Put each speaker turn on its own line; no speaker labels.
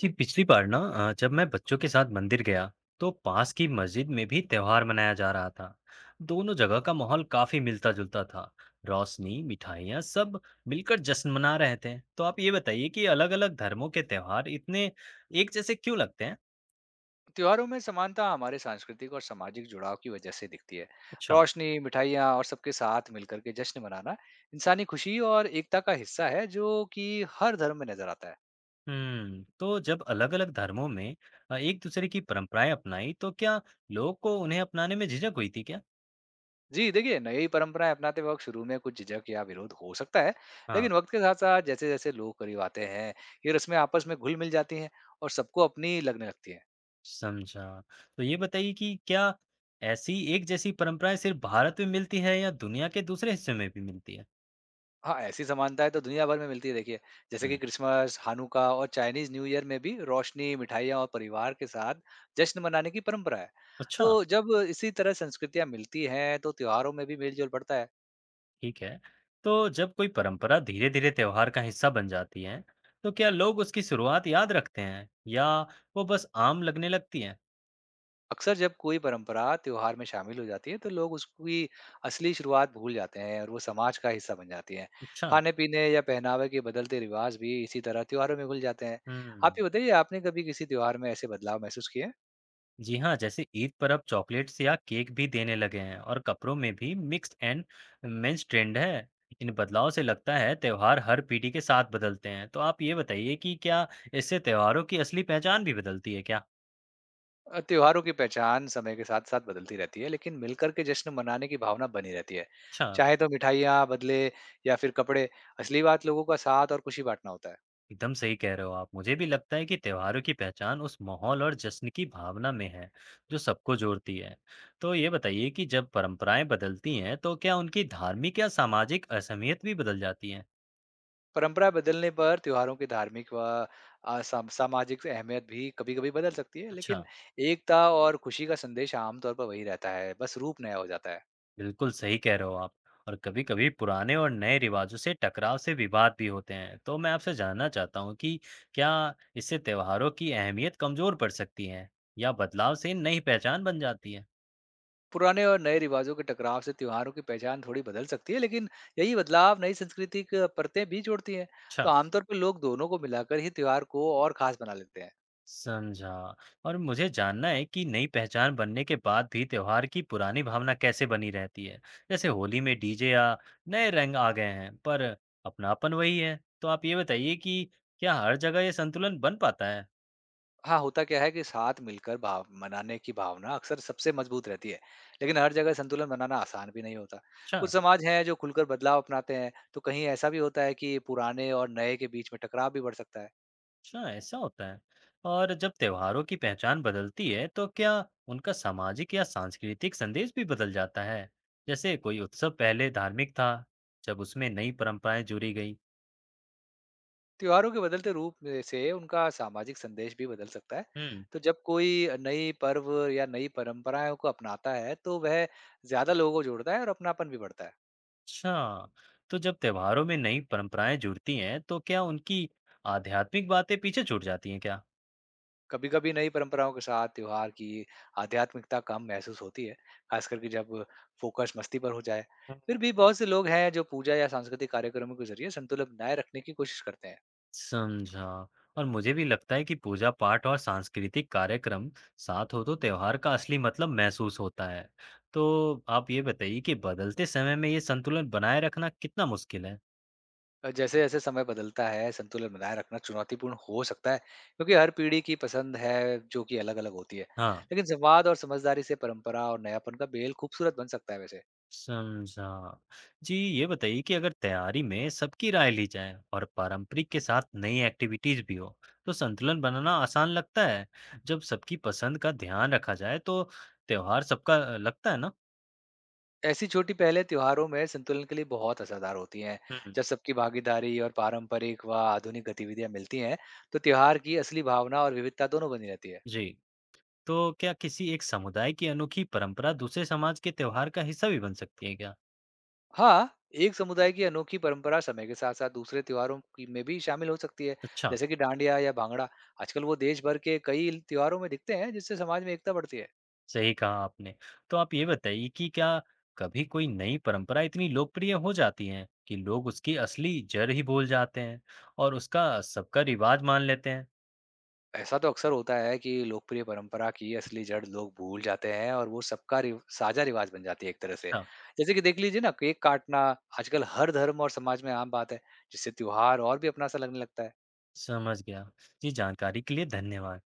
जी पिछली बार ना। जब मैं बच्चों के साथ मंदिर गया तो पास की मस्जिद में भी त्योहार मनाया जा रहा था। दोनों जगह का माहौल काफी मिलता जुलता था। रोशनी, मिठाइयाँ, सब मिलकर जश्न मना रहे थे। तो आप ये बताइए कि अलग अलग धर्मों के त्योहार इतने एक जैसे क्यों लगते हैं?
त्योहारों में समानता हमारे सांस्कृतिक और सामाजिक जुड़ाव की वजह से दिखती है।
अच्छा।
रोशनी मिठाइयाँ और सबके साथ मिलकर के जश्न मनाना इंसानी खुशी और एकता का हिस्सा है जो कि हर धर्म में नजर आता है।
हम्म, तो जब अलग अलग धर्मों में एक दूसरे की परंपराएं अपनाई तो क्या लोग को उन्हें अपनाने में झिझक हुई थी क्या?
जी देखिए, नई परंपराएं अपनाते वक्त शुरू में कुछ झिझक या विरोध हो सकता है,
हाँ।
लेकिन वक्त के साथ साथ जैसे जैसे लोग करीब आते हैं, ये रस्में आपस में घुल मिल जाती हैं और सबको अपनी लगने लगती हैं।
समझा। तो ये बताइए कि क्या ऐसी एक जैसी परंपराएँ सिर्फ़ भारत में मिलती है या दुनिया के दूसरे हिस्से में भी मिलती है?
हाँ, ऐसी समानताएँ तो दुनिया भर में मिलती है। देखिए, जैसे कि
हुँ।
क्रिसमस, हानुका और चाइनीज़ न्यू ईयर में भी रोशनी, मिठाइयाँ और परिवार के साथ जश्न मनाने की परंपरा है।
अच्छा।
तो जब इसी तरह संस्कृतियाँ मिलती हैं, तो त्योहारों में भी मेल-जोल बढ़ता है।
ठीक है। तो जब कोई परंपरा धीरे-धीरे त्योहार का हिस्सा बन जाती है, तो क्या लोग उसकी शुरुआत याद रखते हैं या वो बस आम लगने लगती है?
अक्सर जब कोई परंपरा त्योहार में शामिल हो जाती है, तो लोग उसकी असली शुरुआत भूल जाते हैं और वो समाज का हिस्सा बन जाती हैं।
अच्छा।
खाने-पीने या पहनावे के बदलते रिवाज भी इसी तरह त्योहारों में घुल जाते हैं। आप
हुँ।
ये बताइए, आपने कभी किसी त्योहार में ऐसे बदलाव महसूस किए?
जी हाँ, जैसे ईद पर अब चॉकलेट्स या केक भी देने लगे हैं और कपड़ों में भी मिक्स्ड एंड मेंस ट्रेंड है। इन बदलाव से लगता है त्योहार हर पीढ़ी के साथ बदलते हैं। तो आप ये बताइए कि क्या इससे त्योहारों की असली पहचान भी बदलती है क्या?
त्योहारों की पहचान समय के साथ साथ बदलती रहती है, लेकिन मिलकर के जश्न मनाने की भावना बनी रहती है।
अच्छा।
चाहे तो मिठाइयाँ बदले या फिर कपड़े, असली बात लोगों का साथ और खुशी बांटना होता है।
एकदम सही कह रहे हो आप। मुझे भी लगता है कि त्योहारों की पहचान उस माहौल और जश्न की भावना में है, जो सबको जोड़ती है। तो ये बताइए कि जब परंपराएं बदलती हैं, तो क्या उनकी धार्मिक या सामाजिक असहमियत भी बदल जाती है?
परंपरा बदलने पर त्योहारों की धार्मिक व सामाजिक अहमियत भी कभी कभी बदल सकती है,
अच्छा।
लेकिन एकता और खुशी का संदेश आमतौर पर वही रहता है। बस रूप नया हो जाता है।
बिल्कुल सही कह रहे हो आप। और कभी-कभी पुराने और नए रिवाजों से टकराव से विवाद भी होते हैं। तो मैं आपसे जानना चाहता हूँ कि क्या इससे त्योहारों की अहमियत कमजोर पड़ सकती है या बदलाव से नई पहचान बन जाती है?
पुराने और नए रिवाजों के टकराव से त्योहारों की पहचान थोड़ी बदल सकती है, लेकिन यही बदलाव नई सांस्कृतिक परतें भी जोड़ती हैं। तो
अच्छा।
आमतौर पर लोग दोनों को मिलाकर ही त्योहार को और खास बना लेते हैं।
समझा। और मुझे जानना है कि नई पहचान बनने के बाद भी त्योहार की पुरानी भावना कैसे बनी रहती है। जैसे होली में डीजे या नए रंग आ गए हैं पर अपनापन वही है। तो आप ये बताइए कि क्या हर जगह ये संतुलन बन पाता है?
हाँ, होता क्या है कि साथ मिलकर भाव मनाने की भावना अक्सर सबसे मजबूत रहती है, लेकिन हर जगह संतुलन बनाना आसान भी नहीं होता।
अच्छा।
कुछ समाज हैं जो खुलकर बदलाव अपनाते हैं, तो कहीं ऐसा भी होता है कि पुराने और नए के बीच में टकराव भी बढ़ सकता है।
अच्छा, ऐसा होता है। और जब त्योहारों की पहचान बदलती है तो क्या उनका सामाजिक या सांस्कृतिक संदेश भी बदल जाता है? जैसे कोई उत्सव पहले धार्मिक था, जब उसमें नई परंपराएं जुड़ी गई।
त्योहारों के बदलते रूप में से उनका सामाजिक संदेश भी बदल सकता है।
हम्म।
तो जब कोई नई पर्व या नई परंपराओं को अपनाता है, तो वह ज़्यादा लोगों को जोड़ता है और अपनापन भी बढ़ता है।
अच्छा। तो जब त्योहारों में नई परंपराएं जुड़ती हैं तो क्या उनकी आध्यात्मिक बातें पीछे छूट जाती हैं क्या?
कभी-कभी नई परंपराओं के साथ त्योहार की आध्यात्मिकता कम महसूस होती है, खास करके जब फोकस मस्ती पर हो जाए। फिर भी बहुत से लोग हैं जो पूजा या सांस्कृतिक कार्यक्रमों के ज़रिए संतुलन बनाए रखने की कोशिश करते हैं।
समझा। और मुझे भी लगता है कि पूजा पाठ और सांस्कृतिक कार्यक्रम साथ हो तो त्योहार का असली मतलब महसूस होता है। तो आप ये बताइए कि बदलते समय में ये संतुलन बनाए रखना कितना मुश्किल है?
जैसे-जैसे समय बदलता है, संतुलन बनाए रखना चुनौतीपूर्ण हो सकता है, क्योंकि हर पीढ़ी की पसंद है, जो कि अलग-अलग होती है।
हाँ।
लेकिन संवाद और समझदारी से परंपरा और नयापन का मेल खूबसूरत बन सकता है वैसे।
समझा। जी ये बताइए कि अगर तैयारी में सबकी राय ली जाए और पारंपरिक के साथ नई एक्टिविटीज भी हो तो संतुलन बनाना आसान लगता है। जब सबकी पसंद का ध्यान रखा जाए तो त्योहार सबका लगता है ना।
ऐसी छोटी पहलें त्योहारों में संतुलन के लिए बहुत असरदार होती हैं।
हम्म।
जब सबकी भागीदारी और पारंपरिक व आधुनिक गतिविधियाँ मिलती हैं, तो त्योहार की असली भावना और विविधता दोनों बनी रहती है।
जी, तो क्या किसी एक समुदाय की अनोखी परंपरा दूसरे समाज के त्योहार का हिस्सा भी बन सकती है क्या?
हाँ, एक समुदाय की अनोखी परंपरा समय के साथ-साथ दूसरे त्योहारों की में भी शामिल हो सकती है,
अच्छा,
जैसे कि डांडिया या भांगड़ा। आजकल वो देश भर के कई त्योहारों में दिखते हैं, जिससे समाज में एकता बढ़ती है।
सही कहा आपने। तो आप ये बताइए कि क्या कभी कोई नई परंपरा इतनी लोकप्रिय हो जाती है कि लोग उसकी असली जड़ ही भूल जाते हैं और उसका सबका रिवाज मान लेते हैं?
ऐसा तो अक्सर होता है कि लोकप्रिय परंपरा की असली जड़ लोग भूल जाते हैं और वो सबका रिव साझा रिवाज बन जाती है एक तरह से।
अच्छा,
जैसे कि देख लीजिए ना, केक काटना आजकल हर धर्म और समाज में आम बात है, जिससे त्योहार और भी अपना-सा लगने लगता है।
समझ गया। जी, जानकारी के लिए धन्यवाद।